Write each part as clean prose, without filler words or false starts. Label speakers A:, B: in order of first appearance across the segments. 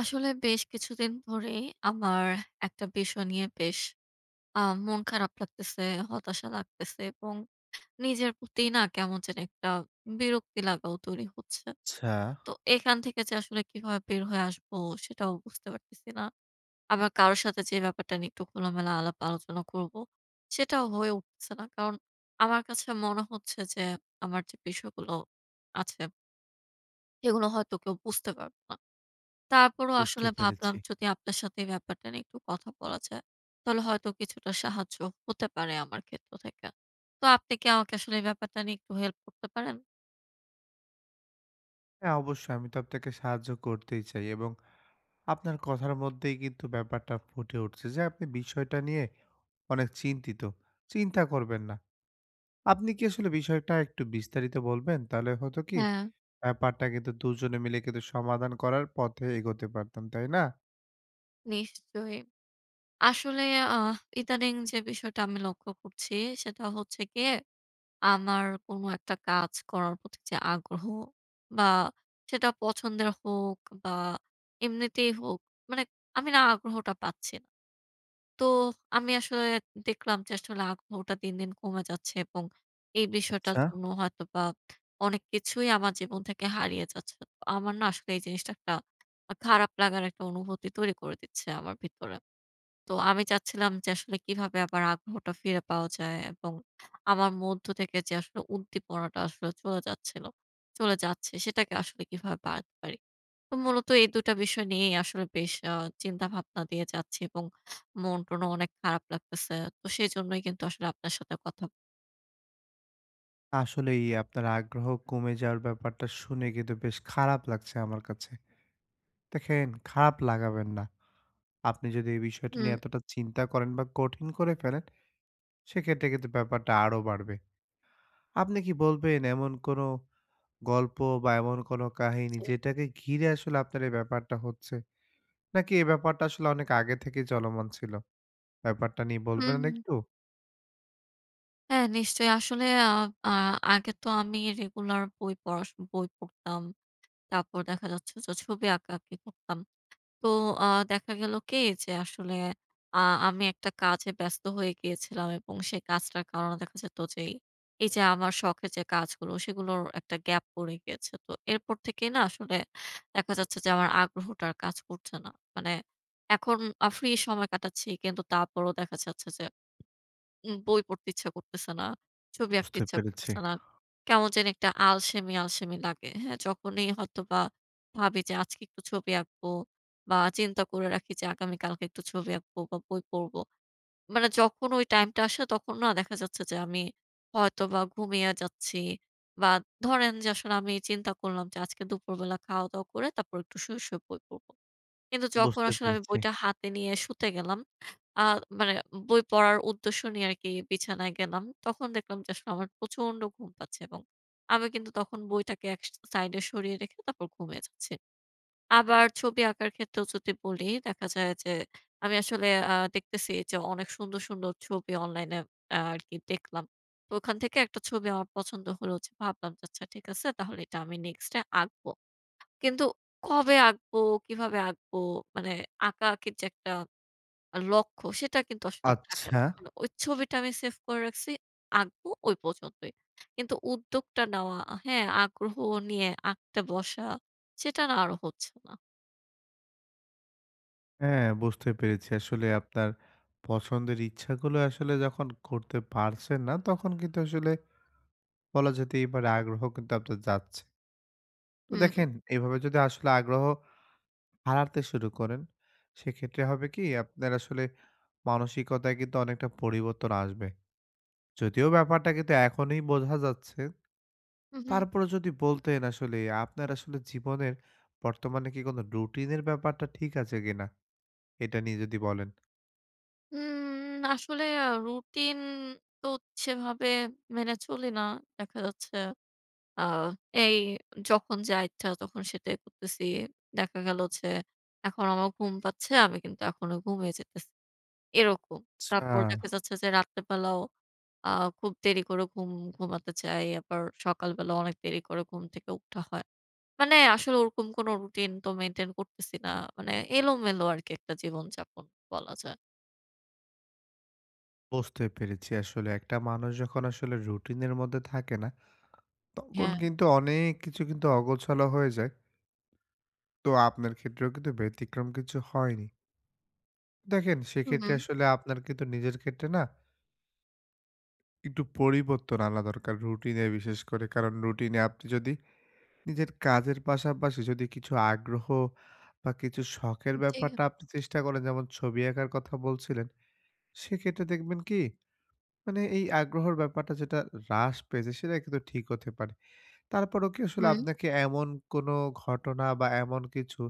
A: আসলে বেশ কিছুদিন ধরেই আমার একটা বিষয় নিয়ে বেশ মন খারাপ লাগতেছে, হতাশা লাগতেছে এবং নিজের প্রতি না কেমন যেন একটা বিরক্তি লাগাও তৈরি হচ্ছে।
B: আচ্ছা,
A: তো এখান থেকে যে আসলে কিভাবে বের হয়ে আসবো সেটাও বুঝতে পারতেছি না। আবার কারো সাথে যে ব্যাপারটা নিয়ে একটু খোলামেলা আলাপ আলোচনা করব, সেটাও হয়ে উঠছে না। কারণ আমার কাছে মনে হচ্ছে যে আমার যে বিষয়গুলো আছে, এগুলো হয়তো কেউ বুঝতে পারবে না। তারপরও
B: বুঝতে
A: আসলে
B: পেরেছি।
A: ভাবলাম যদি আপনার সাথে এই ব্যাপারটা নিয়ে একটু কথা বলা যায়, তাহলে হয়তো কিছুটা সাহায্য হতে পারে আমার ক্ষেত্র থেকে। তো আপনি কি আমাকে আসলে এই ব্যাপারটা নিয়ে একটু হেল্প করতে পারেন?
B: হ্যাঁ, অবশ্যই আমি তো আপনাকে সাহায্য করতেই চাই এবং আপনার কথার মধ্যেই কিন্তু ব্যাপারটা ফুটে উঠছে যে আপনি বিষয়টা নিয়ে অনেক চিন্তিত। চিন্তা করবেন না। আপনি কি আসলে বিষয়টা একটু বিস্তারিত বলবেন? তাহলে হতো কি
A: হ্যাঁ,
B: ব্যাপারটা কিন্তু দুজনে মিলে কিন্তু সমাধান করার পথে এগোতে পারতাম, তাই না?
A: নিশ্চয়ই। আসলে আহ ইদানিং যে বিষয়টা আমি লক্ষ্য করছি সেটা হচ্ছে গিয়ে আমার কোনো একটা কাজ করার প্রতি যে আগ্রহ বা সেটা পছন্দের হোক বা এমনিতেই হোক, মানে আমি না আগ্রহটা পাচ্ছি না। তো আমি আসলে দেখলাম যে আসলে আগ্রহটা দিন, দিন কমে যাচ্ছে এবং এই বিষয়টার
B: আচ্ছা।
A: জন্য হয়তোবা অনেক কিছুই আমার জীবন থেকে হারিয়ে যাচ্ছে। তো আমার না আসলে এই জিনিসটা একটা খারাপ লাগার একটা অনুভূতি তৈরি করে দিচ্ছে আমার ভিতরে। তো আমি চাচ্ছিলাম যে আসলে কিভাবে আবার আগ্রহটা ফিরে পাওয়া যায় এবং আমার মধ্য থেকে যে আসলে উদ্দীপনাটা আসলে চলে যাচ্ছে সেটাকে আসলে কিভাবে বাড়াতে পারি? তো মূলত এই ২ টা বিষয় নিয়েই আসলে বেশ চিন্তা-ভাবনা দিয়ে যাচ্ছি এবং মন-টনও অনেক খারাপ লাগতেছে। তো সেজন্যই কিন্তু আসলে আপনার সাথে কথা।
B: আসলেই আপনার আগ্রহ কমে যাওয়ার ব্যাপারটা শুনে কিন্তু বেশ খারাপ লাগছে আমার কাছে। দেখেন, খারাপ লাগাবেন না। আপনি যদি এই বিষয়টা
A: হুম।
B: নিয়ে এতটা চিন্তা করেন বা কঠিন করে ফেলেন, সেক্ষেত্রে কিন্তু ব্যাপারটা আরো বাড়বে। আপনি কি বলবেন এমন কোনো গল্প বা এমন কোনো কাহিনী
A: যে
B: যেটাকে ঘিরে আসলে আপনার এই ব্যাপারটা হচ্ছে? নাকি এই ব্যাপারটা আসলে অনেক আগে থেকেই চলমান ছিল? ব্যাপারটা নিয়ে বলবেন
A: হুম,
B: আর
A: হুম।
B: একটু?
A: হ্যাঁ, নিশ্চয়ই। আসলে আ আ আগে তো আমি রেগুলার বই পড়তাম। তারপর দেখা যাচ্ছে যে ছবি আঁকাআঁকি করতাম। তো দেখা গেল কি যে আসলে আ আমি একটা কাজে ব্যস্ত হয়ে গিয়েছিলাম এবং সেই কাজটার কারণে দেখা যেত যে এই যে আমার শখের যে কাজগুলো সেগুলোর একটা গ্যাপ পড়ে গিয়েছে। তো এরপর থেকেই না আসলে দেখা যাচ্ছে যে আমার আগ্রহটা আর কাজ করছে না। মানে এখন ফ্রি সময় কাটাচ্ছি কিন্তু তারপরেও দেখা যাচ্ছে যে বই পড়তে ইচ্ছা করতেছে না, ছবি আঁকতে
B: বুঝতে
A: ইচ্ছা
B: পেরেছি,
A: করতেছে না। কেমন জানি একটা আলসেমি, আলসেমি লাগে। হ্যাঁ? যখনই হয়তোবা ভাবি যে আজকে একটু ছবি আঁকবো বা চিন্তা করে রাখি যে আগামীকালকে একটু ছবি আঁকবো বা বই পড়বো। মানে যখন ওই টাইমটা আসে তখন না দেখা যাচ্ছে যে আমি হয়তোবা ঘুমিয়ে যাচ্ছি বা ধরেন যে আসলে আমি চিন্তা করলাম যে আজকে দুপুরবেলা খাওয়া-দাওয়া করে তারপর একটু শুয়ে, শুয়ে বই পড়বো। কিন্তু যখন
B: বুঝতে
A: আসলে আমি
B: পেরেছি।
A: বইটা হাতে নিয়ে শুতে গেলাম, আ মানে বই পড়ার উদ্দেশ্য নিয়ে আরকি বিছানায় গেলাম। তখন দেখলাম যে আসলে আমার প্রচন্ড ঘুম পাচ্ছে এবং আমি কিন্তু তখন বইটাকে এক সাইডে সরিয়ে রেখে তারপর ঘুমিয়ে যাচ্ছি। আবার ছবি আঁকার ক্ষেত্রেও যদি বলি, দেখা যায় যে আমি আসলে দেখতেছি যে অনেক সুন্দর, সুন্দর ছবি অনলাইনে আরকি দেখলাম। তো ওখান থেকে একটা ছবি আমার পছন্দ হলো যে ভাবলাম যে আচ্ছা ঠিক আছে তাহলে এটা আমি নেক্সট এ আঁকবো। কিন্তু কবে আঁকবো, কিভাবে আঁকবো মানে আঁকাআঁকির যে একটা লক্ষ্য সেটা কিন্তু আসলে আর থাকে
B: আচ্ছা,
A: না। মানে ওই ছবিটা আমি সেভ করে রাখছি, আঁকবো ওই পর্যন্তই। কিন্তু উদ্যোগটা নেওয়া, হ্যাঁ, আগ্রহ নিয়ে আঁকতে বসা সেটা না আর হচ্ছে না।
B: হ্যাঁ বুঝতে পেরেছি। আসলে আপনার পছন্দের ইচ্ছাগুলো আসলে যখন করতে পারছেন না, তখন কিন্তু আসলে বলা যেতেই পারে আগ্রহ কিন্তু আপনার যাচ্ছে। তো
A: হুম,
B: দেখেন এভাবে যদি আসলে আগ্রহ হারাতে শুরু করেন, সেক্ষেত্রে হবে কি আপনার আসলে মানসিকতায় কিন্তু অনেকটা পরিবর্তন আসবে। যদিও ব্যাপারটা কিন্তু এখনই বোঝা যাচ্ছে।
A: হুম, হুম।
B: তারপরেও যদি বলতেন আসলে আপনার আসলে জীবনের বর্তমানে কি কোনো রুটিনের ব্যাপারটা ঠিক আছে কিনা? এটা নিয়ে যদি বলেন।
A: আসলে রুটিন তো সেভাবে মেনে চলি না। দেখা যাচ্ছে আ এই যখন যা ইচ্ছা তখন সেটাই করতেছি। দেখা গেল যে এখন আমার ঘুম পাচ্ছে, আমি কিন্তু এখনো ঘুমিয়ে যেতেছি। এরকম।
B: আচ্ছা।
A: তারপর দেখা যাচ্ছে যে রাত্রে বেলাও আ খুব দেরি করে ঘুমাতে চাই। আবার সকালবেলা অনেক দেরি করে ঘুম থেকে উঠা হয়। মানে আসলে ওরকম কোনো রুটিন তো মেইনটেইন করতেছি না। মানে এলোমেলো আরকি একটা জীবনযাপন বলা যায়।
B: বুঝতে পেরেছি আসলে একটা মানুষ যখন আসলে রুটিনের মধ্যে থাকে না, তখন
A: হ্যাঁ।
B: কিন্তু অনেক কিছু কিন্তু অগোছালো হয়ে যায়। তো আপনার ক্ষেত্রেও কিন্তু ব্যতিক্রম কিছু হয়নি। দেখেন,
A: হু, হু।
B: সেক্ষেত্রে আসলে আপনার কিন্তু নিজের ক্ষেত্রে না একটু পরিবর্তন আনা দরকার রুটিনে বিশেষ করে। কারণ রুটিনে আপনি যদি নিজের কাজের পাশাপাশি যদি কিছু আগ্রহ বা কিছু শখের
A: জি।
B: ব্যাপারটা আপনি চেষ্টা করেন যেমন ছবি আঁকার কথা বলছিলেন, সেক্ষেত্রে দেখবেন কি মানে এই আগ্রহের ব্যাপারটা যেটা হ্রাস পেয়েছে সেটা কিন্তু ঠিক হতে পারে। তারপরেও কি আসলে
A: হুম।
B: আপনাকে এমন কোনো ঘটনা বা এমন কিছু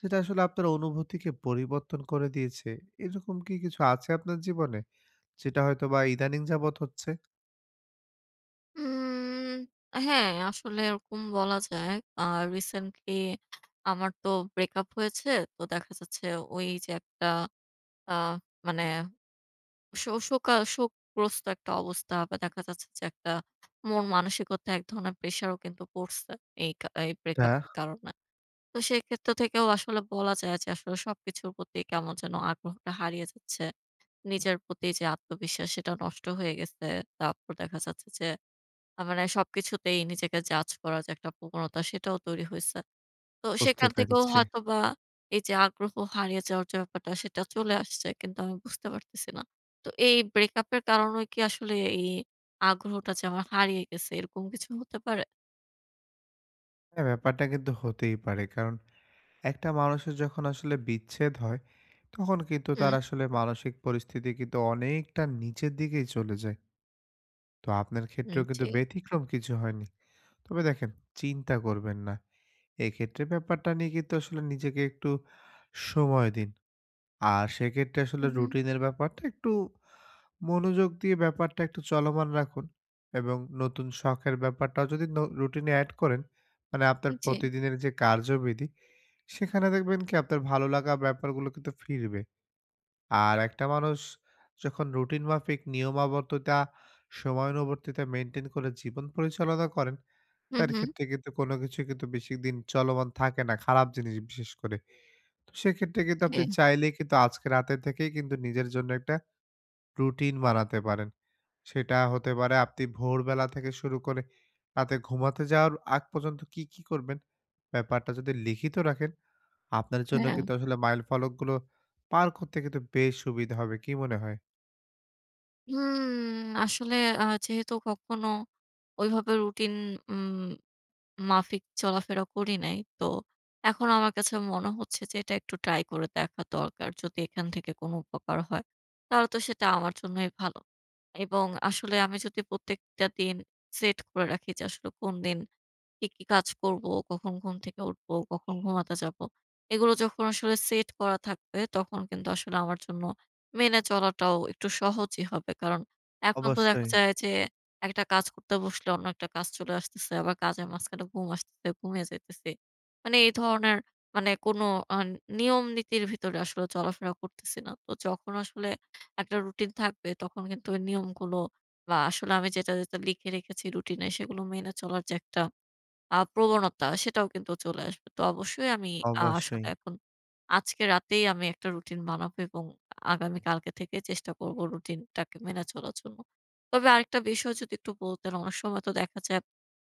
B: যেটা আসলে আপনার অনুভূতিকে পরিবর্তন করে দিয়েছে, এরকম কি কিছু আছে আপনার জীবনে? যেটা হয়তোবা ইদানিং যাবৎ হচ্ছে।
A: উম হ্যাঁ, আসলে এরকম বলা যায়। আ রিসেন্টলি আমার তো ব্রেকআপ হয়েছে। তো দেখা যাচ্ছে ওই যে একটা আ মানে শো শোকা শোকগ্রস্ত একটা অবস্থা বা দেখা যাচ্ছে যে একটা মন মানসিকতা এক ধরনের প্রেশারও কিন্তু পড়ছে এই
B: তা
A: ব্রেকআপের কারণে। তো সেক্ষেত্র থেকেও আসলে বলা যায় যে আসলে সবকিছুর প্রতি কেমন যেন আগ্রহটা হারিয়ে যাচ্ছে। নিজের প্রতি যে আত্মবিশ্বাস সেটা নষ্ট হয়ে গেছে। তারপর দেখা যাচ্ছে যে মানে সবকিছুতেই নিজেকে জাজ করার যে একটা প্রবণতা সেটাও তৈরি হইছে। তো
B: বুঝতে
A: সেখান থেকেও
B: পেরেছি।
A: হয়তোবা এই যে আগ্রহ হারিয়ে যাওয়ার যে ব্যাপারটা সেটা চলে আসছে কিন্তু আমি বুঝতে পারতেছি না। তো এই ব্রেকআপের কারণেও কি আসলে এই আগ্রহটা যে আমার হারিয়ে গেছে এরকম কিছু হতে পারে?
B: হ্যাঁ, ব্যাপারটা কিন্তু হতেই পারে। কারণ একটা মানুষের যখন আসলে বিচ্ছেদ হয়, তখন কিন্তু তার
A: হুম।
B: আসলে মানসিক পরিস্থিতি কিন্তু অনেকটা নিচের দিকেই চলে যায়। তো আপনার
A: হুম,
B: ক্ষেত্রেও কিন্তু
A: জি।
B: ব্যতিক্রম কিছু হয়নি। তবে দেখেন চিন্তা করবেন না। এক্ষেত্রে ব্যাপারটা নিয়ে কিন্তু আসলে নিজেকে একটু সময় দিন। আর সেক্ষেত্রে আসলে
A: হুম,
B: রুটিনের ব্যাপারটা একটু মনোযোগ দিয়ে ব্যাপারটা একটু চলমান রাখুন এবং নতুন শখের ব্যাপারটাও যদি রুটিনে অ্যাড করেন মানে আপনার
A: জি।
B: প্রতিদিনের যে কার্যবিধি সেখানে দেখবেন কি আপনার ভালো লাগা ব্যাপারগুলো কিন্তু ফিরবে আর একটা মানুষ যখন রুটিন মাফিক নিয়মাবর্ততা সময়ানুবর্তিতা মেনটেন করে জীবন পরিচালনা করেন
A: হুম,
B: তার
A: হুম।
B: ক্ষেত্রে কিন্তু কোনো কিছু কিন্তু বেশি দিন চলমান থাকে না খারাপ জিনিস বিশেষ করে সেক্ষেত্রে কিন্তু আপনি
A: জি,
B: চাইলেই কিন্তু আজকে রাতে থেকেই কিন্তু নিজের জন্য একটা রুটিন বানাতে পারেন। সেটা হতে পারে আপনি ভোরবেলা থেকে শুরু করে রাতে ঘুমাতে যাওয়ার আগ পর্যন্ত কি, কি করবেন? ব্যাপারটা যদি লিখিত রাখেন, আপনার জন্য
A: হ্যাঁ। হুম।
B: কিন্তু আসলে মাইল ফলকগুলো পার করতে কিন্তু বেশ সুবিধা হবে। কি মনে হয়?
A: হুম, আসলে যেহেতু কখনো ওইভাবে রুটিন উম মাফিক চলাফেরা করি নাই। তো এখন আমার কাছে মনে হচ্ছে যে এটা একটু ট্রাই করে দেখা দরকার। যদি এখান থেকে কোনো উপকার হয়, তাহলে তো সেটা আমার জন্যই ভালো। এবং আসলে আমি যদি প্রত্যেকটা দিন সেট করে রাখি যে আসলে কোন দিন কি, কি কাজ করব, কখন ঘুম থেকে উঠবো, কখন ঘুমাতে যাব। এগুলো যখন আসলে সেট করা থাকবে তখন কিন্তু আসলে আমার জন্য মেনে চলাটাও একটু সহজই হবে। কারণ এখন তো দেখা
B: অবশ্যই,
A: যায় যে একটা কাজ করতে বসলে অন্য একটা কাজ চলে আসতেছে। আবার কাজের মাঝখানে ঘুম আসতেছে, ঘুমিয়ে যাইতেছি। মানে এই ধরনের মানে কোনো আ নিয়ম নীতির ভিতরে আসলে চলাফেরা করতেছি না। তো যখন আসলে একটা রুটিন থাকবে তখন কিন্তু ওই নিয়মগুলো বা আসলে আমি যেটা, যেটা লিখে রেখেছি রুটিনে সেগুলো মেনে চলার যে একটা প্রবণতা সেটাও কিন্তু চলে আসবে। তো অবশ্যই আমি
B: অবশ্যই।
A: আসলে এখন আজকে রাতেই আমি একটা রুটিন বানাবো এবং আগামীকালকে থেকে চেষ্টা করব রুটিনটাকে মেনে চলার জন্য। তবে আরেকটা বিষয় যদি একটু বলতেন, অনেক সময় তো দেখা যায়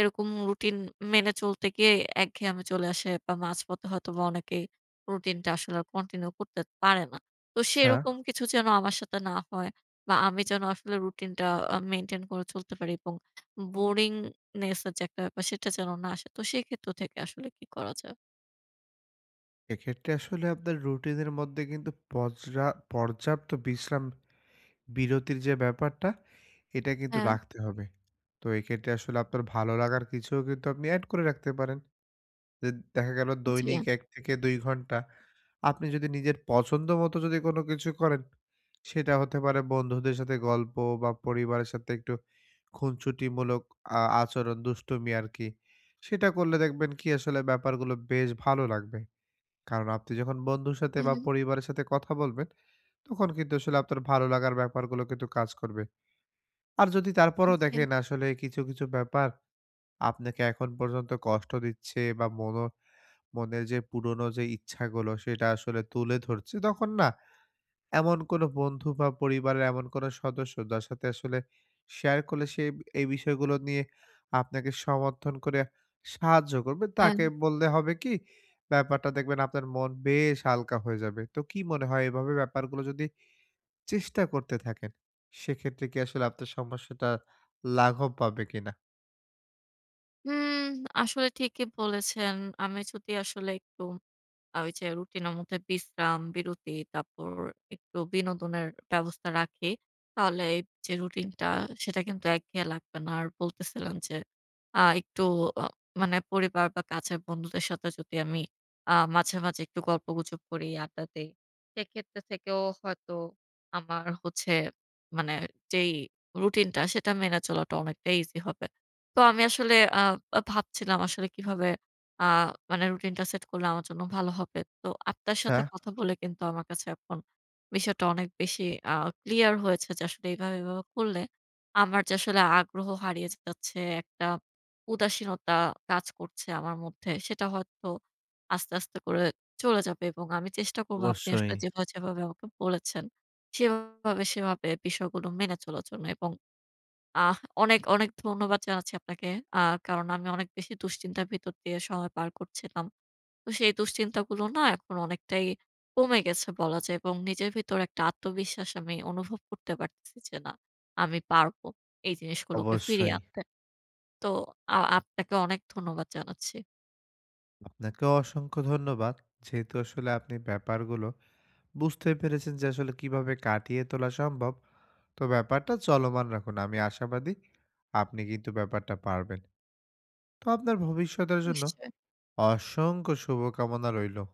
A: এরকম রুটিন মেনে চলতে গিয়ে একঘেয়েমি চলে আসে বা মাঝপথে হয়তোবা অনেকেই রুটিনটা আসলে আর কন্টিনিউ করতে পারে না। তো
B: আচ্ছা।
A: সেরকম কিছু যেন আমার সাথে না হয় বা আমি যেন আসলে রুটিনটা মেইনটেইন করে চলতে পারি এবং বোরিং নেগেসের যে একটা ব্যাপার সেটা যেন না আসে। তো সেক্ষেত্র থেকে আসলে কি করা যায়?
B: এক্ষেত্রে আসলে আপনার রুটিনের মধ্যে কিন্তু পর্যাপ্ত বিশ্রাম বিরতির যে ব্যাপারটা, এটা কিন্তু
A: হ্যাঁ,
B: রাখতে হবে। তো এক্ষেত্রে আসলে আপনার ভালো লাগার কিছুও কিন্তু আপনি এড করে রাখতে পারেন। যে দেখা গেল
A: জি।
B: দৈনিক ১ থেকে ২ ঘন্টা আপনি যদি নিজের পছন্দ মতো যদি কোনো কিছু করেন, সেটা হতে পারে বন্ধুদের সাথে গল্প বা পরিবারের সাথে একটু খুনসুটিমূলক আচরণ, দুষ্টুমি আরকি। সেটা করলে দেখবেন কি আসলে ব্যাপারগুলো বেশ ভালো লাগবে। কারণ আপনি যখন বন্ধুর সাথে
A: হুম,
B: বা
A: হুম।
B: পরিবারের সাথে কথা বলবেন, তখন কিন্তু আসলে আপনার ভালো লাগার ব্যাপারগুলো কিন্তু কাজ করবে। আর যদি তারপরেও
A: জি,
B: দেখেন আসলে কিছু, কিছু ব্যাপার আপনাকে এখন পর্যন্ত কষ্ট দিচ্ছে বা মনের যে পুরনো যে ইচ্ছাগুলো সেটা আসলে তুলে ধরছে, তখন না এমন কোনো বন্ধু বা পরিবারের এমন কোনো সদস্য যার সাথে আসলে শেয়ার করলে সে এই বিষয়গুলো নিয়ে আপনাকে সমর্থন করে সাহায্য করবে।
A: হ্যাঁ।
B: তাকে বললে হবে কি, ব্যাপারটা দেখবেন আপনার মন বেশ হালকা হয়ে যাবে। তো কি মনে হয় এভাবে ব্যাপারগুলো যদি চেষ্টা করতে থাকেন। সেক্ষেত্রে কি আসলে আপনার সমস্যাটা লাঘব পাবে কিনা?
A: হুম, আসলে ঠিকই বলেছেন। আমি যদি আসলে একটু ওই যে রুটিনের মধ্যে বিশ্রাম, বিরতি, তারপর একটু বিনোদনের ব্যবস্থা রাখি। তাহলে এই যে রুটিনটা সেটা কিন্তু একঘেয়ে লাগবে না। আর বলতেছিলাম যে একটু আ মানে পরিবার বা কাছের বন্ধুদের সাথে যদি আমি মাঝে, মাঝে একটু গল্পগুজব করি, আড্ডা দেই, সেক্ষেত্রে থেকেও হয়তো আমার হচ্ছে মানে যেই রুটিনটা সেটা মেনে চলাটা অনেকটা ইজি হবে। তো আমি আসলে আ আ ভাবছিলাম আসলে কিভাবে আ মানে রুটিনটা সেট করলে আমার জন্য ভালো হবে। তো আপনার
B: আচ্ছা
A: সাথে কথা বলে কিন্তু আমার কাছে এখন বিষয়টা অনেক বেশি আ ক্লিয়ার হয়েছে যে আসলে এভাবে, এভাবে করলে আমার যে আসলে আগ্রহ হারিয়ে যাচ্ছে, একটা উদাসীনতা কাজ করছে আমার মধ্যে সেটা হয়তো আস্তে, আস্তে করে চলে যাবে এবং আমি চেষ্টা করব আপনি
B: অবশ্যই,
A: আসলে যেভাবে, যেভাবে আমাকে বলেছেন সেভাবে, সেভাবে বিষয়গুলো মেনে চলার জন্য এবং আহ অনেক, অনেক ধন্যবাদ জানাচ্ছি আপনাকে। আ কারণ আমি অনেক বেশি দুশ্চিন্তার ভিতর দিয়ে সময় পার করছিলাম। তো সেই দুশ্চিন্তাগুলো না এখন অনেকটাই কমে গেছে বলা যায় এবং নিজের ভিতর একটা আত্মবিশ্বাস আমি অনুভব করতে পারতেছি যে না, আমি পারবো এই জিনিসগুলোকে ফিরিয়ে
B: অবশ্যই।
A: আনতে। তো আপনাকে অনেক ধন্যবাদ জানাচ্ছি।
B: আপনাকেও অসংখ্য ধন্যবাদ। যেহেতু আসলে আপনি ব্যাপারগুলো বুঝতে পেরেছেন যে আসলে কিভাবে কাটিয়ে তোলা সম্ভব। তো ব্যাপারটা চলমান রাখুন। আমি আশাবাদী আপনি কিন্তু ব্যাপারটা পারবেন। তো আপনার ভবিষ্যতের জন্য
A: নিশ্চয়ই।
B: অসংখ্য শুভকামনা রইলো।